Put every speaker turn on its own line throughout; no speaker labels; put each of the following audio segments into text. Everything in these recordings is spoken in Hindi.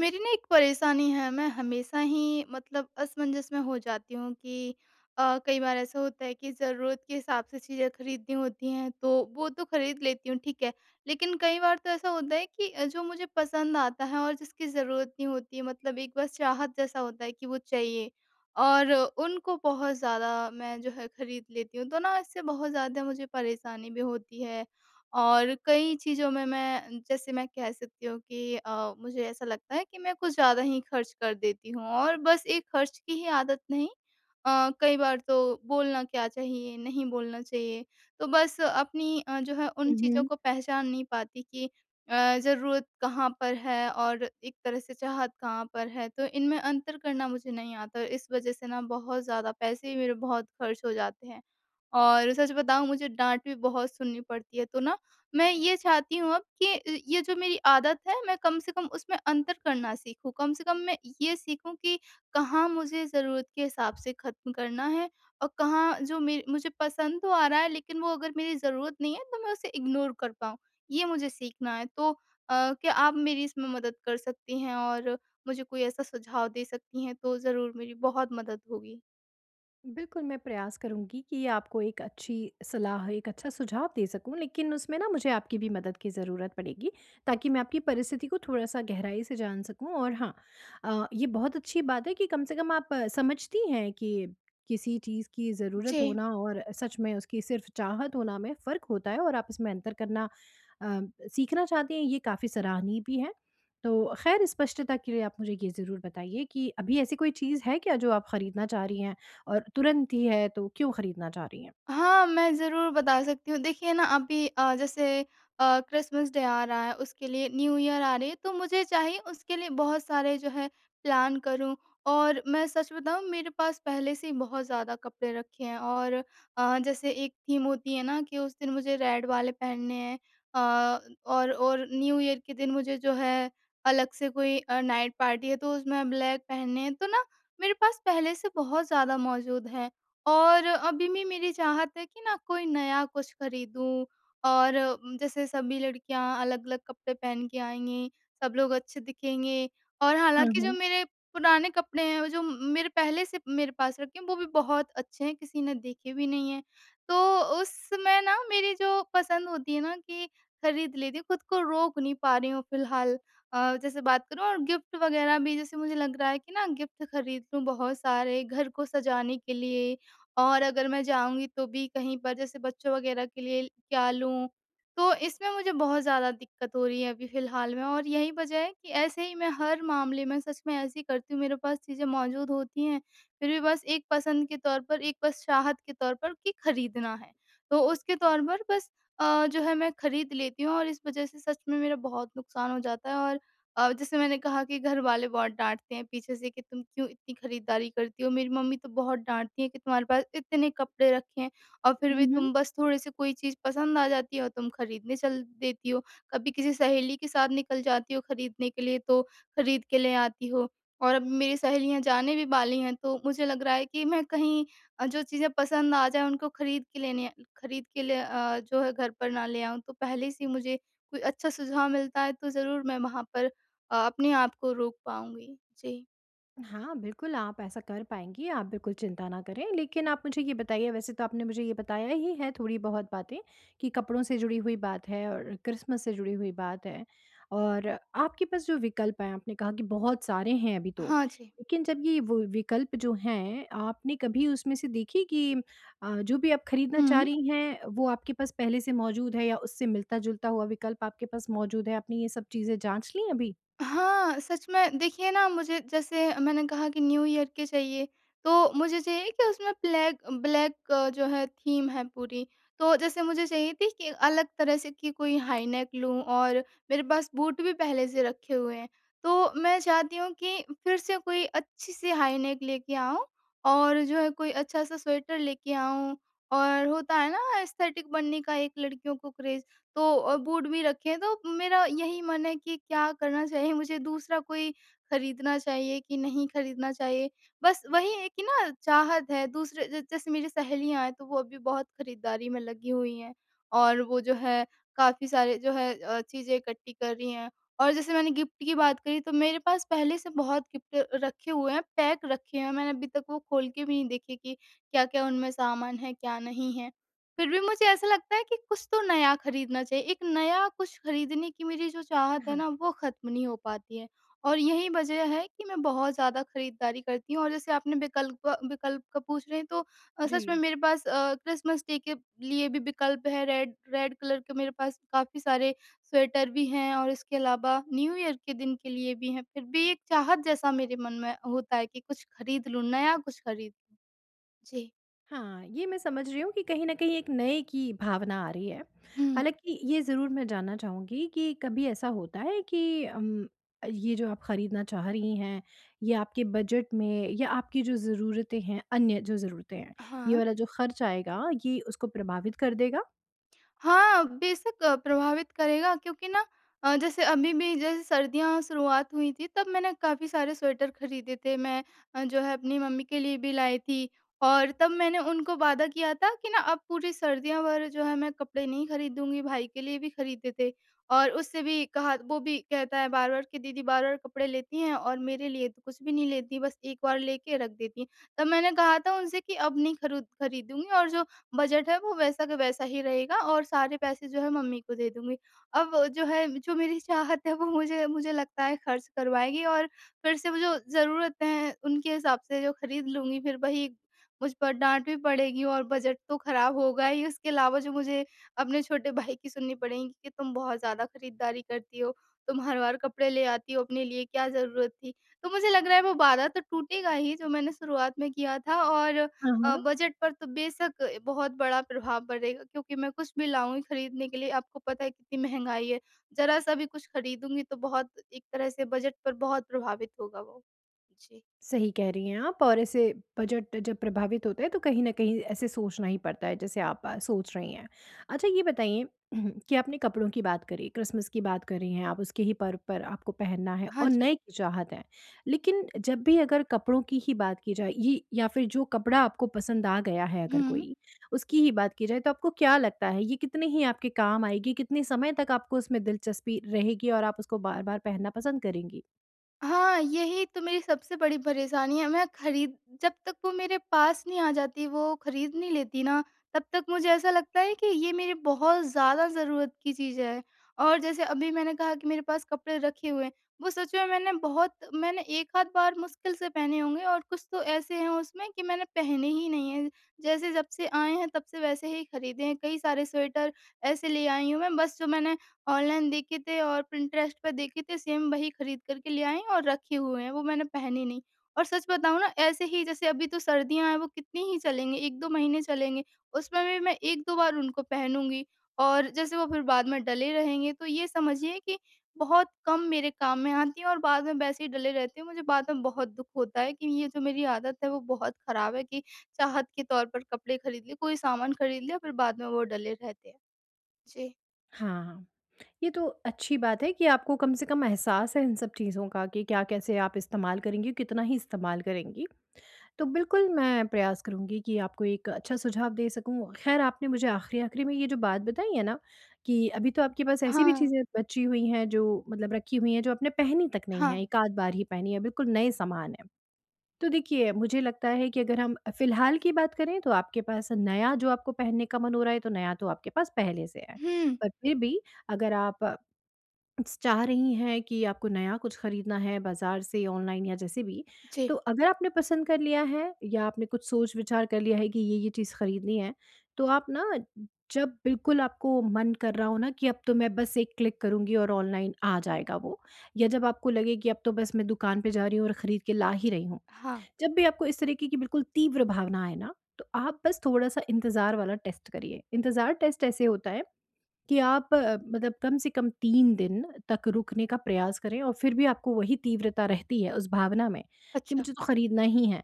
मेरी ना एक परेशानी है। मैं हमेशा ही मतलब असमंजस में हो जाती हूँ कि कई बार ऐसा होता है कि ज़रूरत के हिसाब से चीज़ें खरीदनी होती हैं तो वो तो खरीद लेती हूँ, ठीक है। लेकिन कई बार तो ऐसा होता है कि जो मुझे पसंद आता है और जिसकी ज़रूरत नहीं होती, मतलब एक बस चाहत जैसा होता है कि वो चाहिए और उनको बहुत ज़्यादा मैं जो है खरीद लेती हूँ। तो ना इससे बहुत ज़्यादा मुझे परेशानी भी होती है और कई चीज़ों में मैं जैसे मैं कह सकती हूँ कि मुझे ऐसा लगता है कि मैं कुछ ज़्यादा ही खर्च कर देती हूँ और बस एक खर्च की ही आदत नहीं। कई बार तो बोलना क्या चाहिए, नहीं बोलना चाहिए। तो बस अपनी जो है उन चीज़ों
Mhm.
को पहचान नहीं पाती कि ज़रूरत कहाँ पर है और एक तरह से चाहत कहाँ पर है। तो इनमें अंतर करना मुझे नहीं आता और इस वज़ह से ना बहुत ज़्यादा पैसे भी मेरे बहुत खर्च हो जाते हैं। और सच बताऊँ, मुझे डाँट भी बहुत सुननी पड़ती है। तो ना मैं ये चाहती हूँ अब कि ये जो मेरी आदत है मैं कम से कम उसमें अंतर करना सीखूँ। कम से कम मैं ये सीखूँ कि कहाँ मुझे ज़रूरत के हिसाब से ख़त्म करना है और कहाँ जो मेर मुझे पसंद तो आ रहा है लेकिन वो अगर मेरी ज़रूरत नहीं है तो मैं उसे इग्नोर कर पाऊँ। ये मुझे सीखना है तो क्या आप मेरी इसमें मदद कर सकती हैं और मुझे कोई ऐसा सुझाव दे सकती हैं तो ज़रूर मेरी बहुत मदद होगी।
बिल्कुल, मैं प्रयास करूँगी कि आपको एक अच्छी सलाह, एक अच्छा सुझाव दे सकूँ, लेकिन उसमें ना मुझे आपकी भी मदद की ज़रूरत पड़ेगी, ताकि मैं आपकी परिस्थिति को थोड़ा-सा गहराई से जान सकूँ। और हाँ, ये बहुत अच्छी बात है कि कम से कम आप समझती हैं कि किसी चीज़ की ज़रूरत
जी।
होना और सच में उसकी सिर्फ़ चाहत होना में फ़र्क होता है और आप इसमें अंतर करना अ, सीखना चाहते हैं, ये काफ़ी सराहनीय भी है। तो ख़ैर, स्पष्टता के लिए आप मुझे ये ज़रूर बताइए कि अभी ऐसी कोई चीज़ है क्या जो आप खरीदना चाह रही हैं? और तुरंत ही है तो क्यों खरीदना चाह रही हैं?
हाँ, मैं ज़रूर बता सकती हूँ। देखिए ना अभी जैसे क्रिसमस डे आ रहा है, उसके लिए न्यू ईयर आ रही है, तो मुझे चाहिए उसके लिए बहुत सारे जो है प्लान करूँ। और मैं सच बताऊँ मेरे पास पहले से ही बहुत ज़्यादा कपड़े रखे हैं और जैसे एक थीम होती है ना कि उस दिन मुझे रेड वाले पहनने हैं। अ, और न्यू ईयर के दिन मुझे जो है अलग से कोई नाइट पार्टी है तो उसमें ब्लैक पहनने हैं। तो ना मेरे पास पहले से बहुत ज़्यादा मौजूद है। और अभी भी मेरी चाहत है कि ना कोई नया कुछ खरीदूँ और जैसे सभी लड़कियाँ अलग-अलग कपड़े पहन के आएँगी, सब लोग अच्छे दिखेंगे और
हाँ,
हालाँकि जो
हाँ।
मेरे पुराने कपड़े हैं, वो जो मेरे पहले से मेरे पास रखे हैं, वो भी बहुत अच्छे हैं, किसी ने देखे भी नहीं हैं। तो उसमें ना मेरी जो पसंद होती है ना कि खरीद लेती हूँ, खुद को रोक नहीं पा रही हूँ फिलहाल। जैसे बात करूँ और गिफ्ट वगैरह भी, जैसे मुझे लग रहा है कि ना गिफ्ट खरीद लूँ बहुत सारे घर को सजाने के लिए और अगर मैं जाऊँगी तो भी कहीं पर जैसे बच्चों वगैरह के लिए क्या लूँ? तो इसमें मुझे बहुत ज़्यादा दिक्कत हो रही है अभी फ़िलहाल में और यही वजह है कि ऐसे ही मैं हर मामले में सच में ऐसे ही करती हूँ, मेरे पास चीज़ें मौजूद होती हैं, फिर भी बस एक पसंद के तौर पर, एक बस चाहत के तौर पर कि खरीदना है। तो उसके तौर पर बस जो है मैं खरीद लेती हूँ और इस वजह से सच में मेरा बहुत नुकसान हो जाता है। और जैसे मैंने कहा कि घर वाले बहुत डाँटते हैं पीछे से कि तुम क्यों इतनी खरीदारी करती हो? मेरी मम्मी तो बहुत डाँटती हैं कि तुम्हारे पास इतने कपड़े रखे हैं और फिर भी
हुँ।
तुम बस थोड़े-से कोई चीज़ पसंद आ जाती है और तुम खरीदने चल देती हो। कभी किसी सहेली के साथ निकल जाती हो खरीदने के लिए तो खरीद के ले आती हो। और अब मेरी सहेलियाँ जाने भी वाली हैं तो मुझे लग रहा है कि मैं कहीं जो चीज़ें पसंद आ जाएँ उनको खरीद के ले जो है घर पर ना ले आऊँ। तो पहले से ही मुझे कोई अच्छा सुझाव मिलता है तो ज़रूर मैं वहाँ पर अपने आप को रोक पाऊँगी। जी।
हाँ, बिल्कुल आप ऐसा कर पाएँगी, आप बिल्कुल चिंता ना करें। लेकिन आप मुझे ये बताइए, वैसे तो आपने मुझे ये बताया ही है थोड़ी-बहुत बातें कि कपड़ों से जुड़ी हुई बात है और क्रिसमस से जुड़ी हुई बात है, और आपके पास जो विकल्प हैं, आपने कहा कि बहुत सारे हैं अभी तो।
हाँ जी।
लेकिन जब ये वो विकल्प जो हैं, आपने कभी उसमें से देखी कि जो भी आप खरीदना चाह
हुँ।
रही हैं, वो आपके पास पहले से मौजूद है या उससे मिलता-जुलता हुआ विकल्प आपके पास मौजूद है? आपने ये सब चीज़ें जाँच ली अभी?
हाँ, सच में देखिए ना, मुझे जैसे मैंने कहा कि न्यू ईयर के चाहिए, तो मुझे चाहिए कि उसमें ब्लैक ब्लैक जो है थीम है पूरी। तो जैसे मुझे चाहिए थी कि अलग तरह से, कि कोई हाई नेक लूँ और मेरे पास बूट भी पहले से रखे हुए हैं। तो मैं चाहती हूँ कि फिर से कोई अच्छी सी हाई नेक लेके आऊँ और जो है कोई अच्छा-सा स्वेटर लेके आऊँ और होता है ना एस्थेटिक बनने का एक लड़कियों को क्रेज़। तो बूट भी रखे हैं, तो मेरा यही मन है कि क्या करना चाहिए मुझे, दूसरा कोई खरीदना चाहिए कि नहीं खरीदना चाहिए? बस वही है कि ना चाहत है दूसरे ज जैसे मेरी सहेलियाँ हैं, तो वो अभी बहुत खरीदारी में लगी हुई हैं और वो जो है काफ़ी सारे जो है चीज़ें इकट्ठी कर रही हैं। और जैसे मैंने गिफ्ट की बात करी तो मेरे पास पहले से बहुत गिफ्ट रखे हुए हैं, पैक रखे हुए हैं, मैंने अभी तक वो खोल के भी नहीं देखे कि क्या-क्या उनमें सामान है, क्या नहीं है। फिर भी मुझे ऐसा लगता है कि कुछ तो नया खरीदना चाहिए। एक नया कुछ खरीदने की मेरी जो चाहत है
हाँ।
ना, वो ख़त्म नहीं हो पाती है। और यही वजह है कि मैं बहुत ज़्यादा खरीदारी करती हूँ और जैसे आपने विकल्प विकल्प का पूछ रहे हैं तो
जी।
सच में मेरे पास क्रिसमस डे के लिए भी विकल्प है। रेड रेड कलर के मेरे पास काफ़ी सारे स्वेटर भी हैं और इसके अलावा न्यू ईयर के दिन के लिए भी हैं। फिर भी एक चाहत जैसा मेरे मन में होता है कि कुछ खरीद लूँ, नया कुछ खरीद लूँ। जी।
हाँ, ये मैं समझ रही हूँ कि कहीं न कहीं एक नए की भावना आ रही है।
हुँ।
हालाँकि ये ज़रूर मैं जानना चाहूँगी कि कभी ऐसा होता है कि ये जो आप खरीदना चाह रही हैं, ये आपके बजट में या आपकी जो ज़रूरतें हैं, अन्य जो ज़रूरतें हैं, ये
हाँ।
वाला जो खर्च आएगा, ये उसको प्रभावित कर देगा?
हाँ, बेशक प्रभावित करेगा, क्योंकि ना जैसे अभी भी जैसे सर्दियाँ शुरुआत हुई थी तब मैंने काफ़ी सारे स्वेटर खरीदे थे। मैं जो है अपनी मम्मी के लिए भी लाई थी और तब मैंने उनको वादा किया था कि ना अब पूरी सर्दियाँ भर जो है मैं कपड़े नहीं खरीदूँगी, भाई के लिए भी खरीदे थे। और उससे भी कहा, वो भी कहता है बार-बार कि दीदी बार-बार कपड़े लेती हैं और मेरे लिए तो कुछ भी नहीं लेती, बस एक बार लेके रख देती हैं। तब मैंने कहा था उनसे कि अब नहीं खरुद खरीदूँगी और जो बजट है वो वैसा का वैसा ही रहेगा और सारे पैसे जो है मम्मी को दे दूँगी। अब जो है जो मेरी चाहत है वो मुझे मुझे लगता है खर्च करवाएगी और फिर से वो जो ज़रूरतें हैं उनके हिसाब से जो खरीद लूँगी फिर वही मुझ पर डाँट भी पड़ेगी और बजट तो खराब होगा ही। उसके अलावा जो मुझे अपने छोटे भाई की सुननी पड़ेगी कि तुम बहुत ज़्यादा खरीदारी करती हो, तुम हर बार कपड़े ले आती हो, अपने लिए क्या ज़रूरत थी? तो मुझे लग रहा है वो वादा तो टूटेगा ही जो मैंने शुरुआत में किया था और
हाँ, हाँ।
बजट पर तो बेशक बहुत बड़ा प्रभाव पड़ेगा, क्योंकि मैं कुछ भी लाऊँगी खरीदने के लिए, आपको पता है कितनी महँगाई है। ज़रा-सा भी कुछ खरीदूँगी तो बहुत एक तरह से बजट पर बहुत प्रभावित होगा वो। जी।
सही कह रही हैं आप, और ऐसे बजट जब प्रभावित होता है तो कहीं न कहीं ऐसे सोचना ही पड़ता है जैसे आप सोच रही हैं। अच्छा, ये बताइए कि आपने कपड़ों की बात करी, क्रिसमस की बात कर रही हैं आप, उसके ही पर्व पर आपको पहनना है
हाँ
और
जी।
नए की चाहत है। लेकिन जब भी अगर कपड़ों की ही बात की जाए ये या फिर जो कपड़ा आपको पसंद आ गया है अगर
हुँ।
कोई, उसकी ही बात की जाए, तो आपको क्या लगता है ये कितने ही आपके काम आएगी, कितने समय तक आपको उसमें दिलचस्पी रहेगी और आप उसको बार-बार पहनना पसंद करेंगी?
हाँ, यही तो मेरी सबसे बड़ी परेशानी है। मैं खरीद जब तक वो मेरे पास नहीं आ जाती, वो खरीद नहीं लेती ना, तब तक मुझे ऐसा लगता है कि ये मेरी बहुत ज़्यादा ज़रूरत की चीज़ है। और जैसे अभी मैंने कहा कि मेरे पास कपड़े रखे हुए हैं, वो सच में मैंने एक आध बार मुश्किल से पहने होंगे और कुछ तो ऐसे हैं उसमें कि मैंने पहने ही नहीं हैं। जैसे जब से आए हैं, तब से वैसे ही खरीदे हैं। कई सारे स्वेटर ऐसे ले आई हूँ मैं, बस जो मैंने ऑनलाइन देखे थे और पिंटरेस्ट पे देखे थे, सेम वही खरीद कर के ले आए हैं और रखे हुए हैं, वो मैंने पहने नहीं। और सच बताऊँ ना, ऐसे ही जैसे अभी तो सर्दियाँ हैं वो कितनी ही चलेंगे, 1-2 महीने चलेंगे, उसमें भी मैं 1-2 बार उनको पहनूँगी और जैसे वो फिर बाद में डले रहेंगे। तो ये समझिए कि बहुत कम मेरे काम में आती हैं और बाद में वैसे ही डले रहते हैं। मुझे बाद में बहुत दुःख होता है कि ये जो मेरी आदत है वो बहुत ख़राब है कि चाहत के तौर पर कपड़े खरीद लिए, कोई सामान खरीद लिया फिर बाद में वो डले रहते हैं। जी।
हाँ। ये तो अच्छी बात है कि आपको कम से कम एहसास है इन सब चीज़ों का कि क्या, कैसे आप इस्तेमाल करेंगी, कितना ही इस्तेमाल करेंगी। तो बिल्कुल मैं प्रयास करूँगी कि आपको एक अच्छा सुझाव दे सकूँ। ख़ैर, आपने मुझे आखिरी-आखिरी में ये जो बात बताई है ना, कि अभी तो आपके पास ऐसी भी
हाँ।
चीज़ें बची हुई हैं जो मतलब रखी हुई हैं जो आपने पहनी तक नहीं
हाँ।
है, 1 आध बार ही पहनी है, बिल्कुल नए सामान हैं। तो देखिए, मुझे लगता है कि अगर हम फ़िलहाल की बात करें तो आपके पास नया जो आपको पहनने का मन हो रहा है तो नया तो आपके पास पहले से है।
हुँ,
पर फिर भी अगर आप चाह रही हैं कि आपको नया कुछ खरीदना है बाजार से ऑनलाइन या जैसे भी,
जी,
तो अगर आपने पसंद कर लिया है या आपने कुछ सोच विचार कर लिया है कि ये चीज़ खरीदनी है, तो आप ना जब बिल्कुल आपको मन कर रहा हो ना कि अब तो मैं बस एक क्लिक करूँगी और ऑनलाइन आ जाएगा वो, या जब आपको लगे कि अब तो बस मैं दुकान पे जा रही हूँ और खरीद के ला ही रही हूँ।
हाँ,
जब भी आपको इस तरीके की बिल्कुल तीव्र भावना आए ना, तो आप बस थोड़ा-सा इंतज़ार वाला टेस्ट करिए। इंतज़ार टेस्ट ऐसे होता है कि आप मतलब कम से कम 3 दिन तक रुकने का प्रयास करें और फिर भी आपको वही तीव्रता रहती है उस भावना में कि
अच्छा,
मुझे तो खरीदना ही है,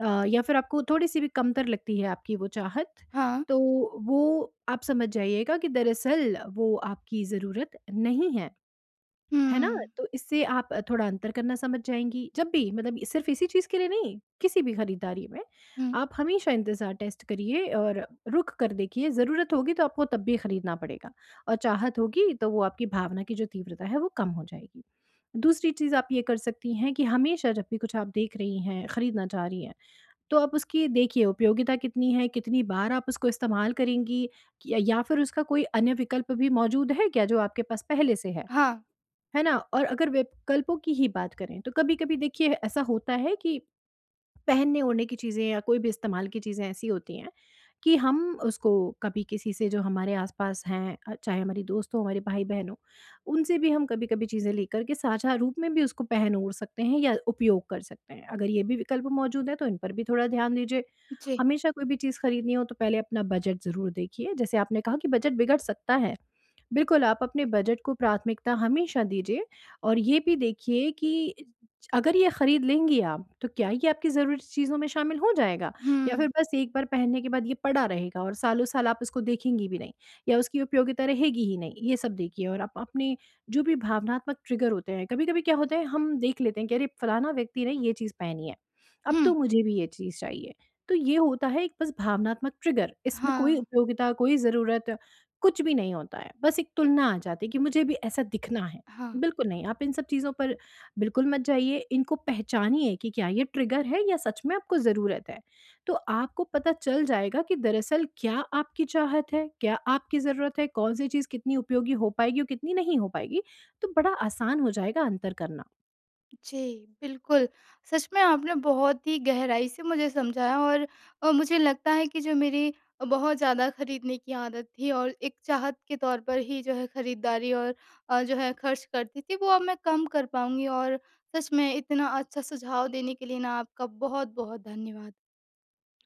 या फिर आपको थोड़ी-सी भी कमतर लगती है आपकी वो चाहत,
हाँ,
तो वो आप समझ जाइएगा कि दरअसल वो आपकी ज़रूरत नहीं है।
हुँ,
है ना? तो इससे आप थोड़ा अंतर करना समझ जाएँगी। जब भी मतलब सिर्फ़ इसी चीज़ के लिए नहीं, किसी भी खरीदारी में
हुँ,
आप हमेशा इंतज़ार टेस्ट करिए और रुक कर देखिए, ज़रूरत होगी तो आपको तब भी खरीदना पड़ेगा, और चाहत होगी तो वो आपकी भावना की जो तीव्रता है वो कम हो जाएगी। दूसरी चीज़ आप ये कर सकती हैं कि हमेशा जब भी कुछ आप देख रही हैं, खरीदना चाह रही हैं, तो आप उसकी देखिए उपयोगिता कितनी है, कितनी बार आप उसको इस्तेमाल करेंगी, कि या फिर उसका कोई अन्य विकल्प भी मौजूद है क्या जो आपके पास पहले से है?
हाँ,
है ना? और अगर विकल्पों की ही बात करें तो कभी-कभी देखिए ऐसा होता है कि पहनने-ओढ़ने की चीज़ें या कोई भी इस्तेमाल की चीज़ें ऐसी होती हैं कि हम उसको कभी किसी से जो हमारे आस-पास हैं, चाहे हमारे दोस्त हों, हमारे भाई-बहन हों, उनसे भी हम कभी-कभी चीज़ें लेकर के साझा रूप में भी उसको पहन-ओढ़ सकते हैं या उपयोग कर सकते हैं। अगर ये भी विकल्प मौजूद है तो इन पर भी थोड़ा ध्यान दीजिए।
जी,
हमेशा कोई भी चीज़ खरीदनी हो तो पहले अपना बजट ज़रूर देखिए। जैसे आपने कहा कि बजट बिगड़ सकता है। बिल्कुल, आप अपने बजट को प्राथमिकता हमेशा दीजिए और ये भी देखिए कि अगर ये खरीद लेंगी आप, तो क्या ये आपकी ज़रूरी चीज़ों में शामिल हो जाएगा? या
हुँ,
फिर बस एक बार पहनने के बाद ये पड़ा रहेगा और सालों-साल आप इसको देखेंगी भी नहीं, या उसकी उपयोगिता रहेगी ही नहीं, ये सब देखिए। और आप अपने जो भी भावनात्मक ट्रिगर होते हैं, कभी-कभी क्या होता है हम देख लेते हैं कि अरे, फलाना व्यक्ति ने ये चीज़ पहनी है, अब
हुँ,
तो मुझे भी ये चीज़ चाहिए। तो ये होता है एक बस भावनात्मक ट्रिगर, इसमें कोई
हाँ,
उपयोगिता, कोई ज़रूरत कुछ भी नहीं होता है, बस एक तुलना आ जाती है कि मुझे भी ऐसा दिखना है।
हाँ,
बिल्कुल नहीं, आप इन सब चीज़ों पर बिल्कुल मत जाइए, इनको पहचानिए कि क्या ये ट्रिगर है या सच में आपको ज़रूरत है। तो आपको पता चल जाएगा कि दरअसल क्या आपकी चाहत है, क्या आपकी ज़रूरत है, कौन-सी चीज़ कितनी उपयोगी हो पाएगी और कितनी नहीं हो पाएगी, तो बड़ा आसान हो जाएगा अंतर करना।
जी, बिल्कुल। सच में आपने बहुत ही गहराई से मुझे समझाया और मुझे लगता है कि जो मेरी बहुत ज़्यादा खरीदने की आदत थी और एक चाहत के तौर पर ही जो है खरीदारी और जो है खर्च करती थी, वो अब मैं कम कर पाऊँगी और सच में इतना अच्छा सुझाव देने के लिए ना आपका बहुत-बहुत धन्यवाद।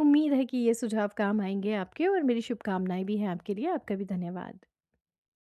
उम्मीद है कि ये सुझाव काम आएँगे आपके और मेरी शुभकामनाएँ भी हैं आपके लिए। आपका भी धन्यवाद।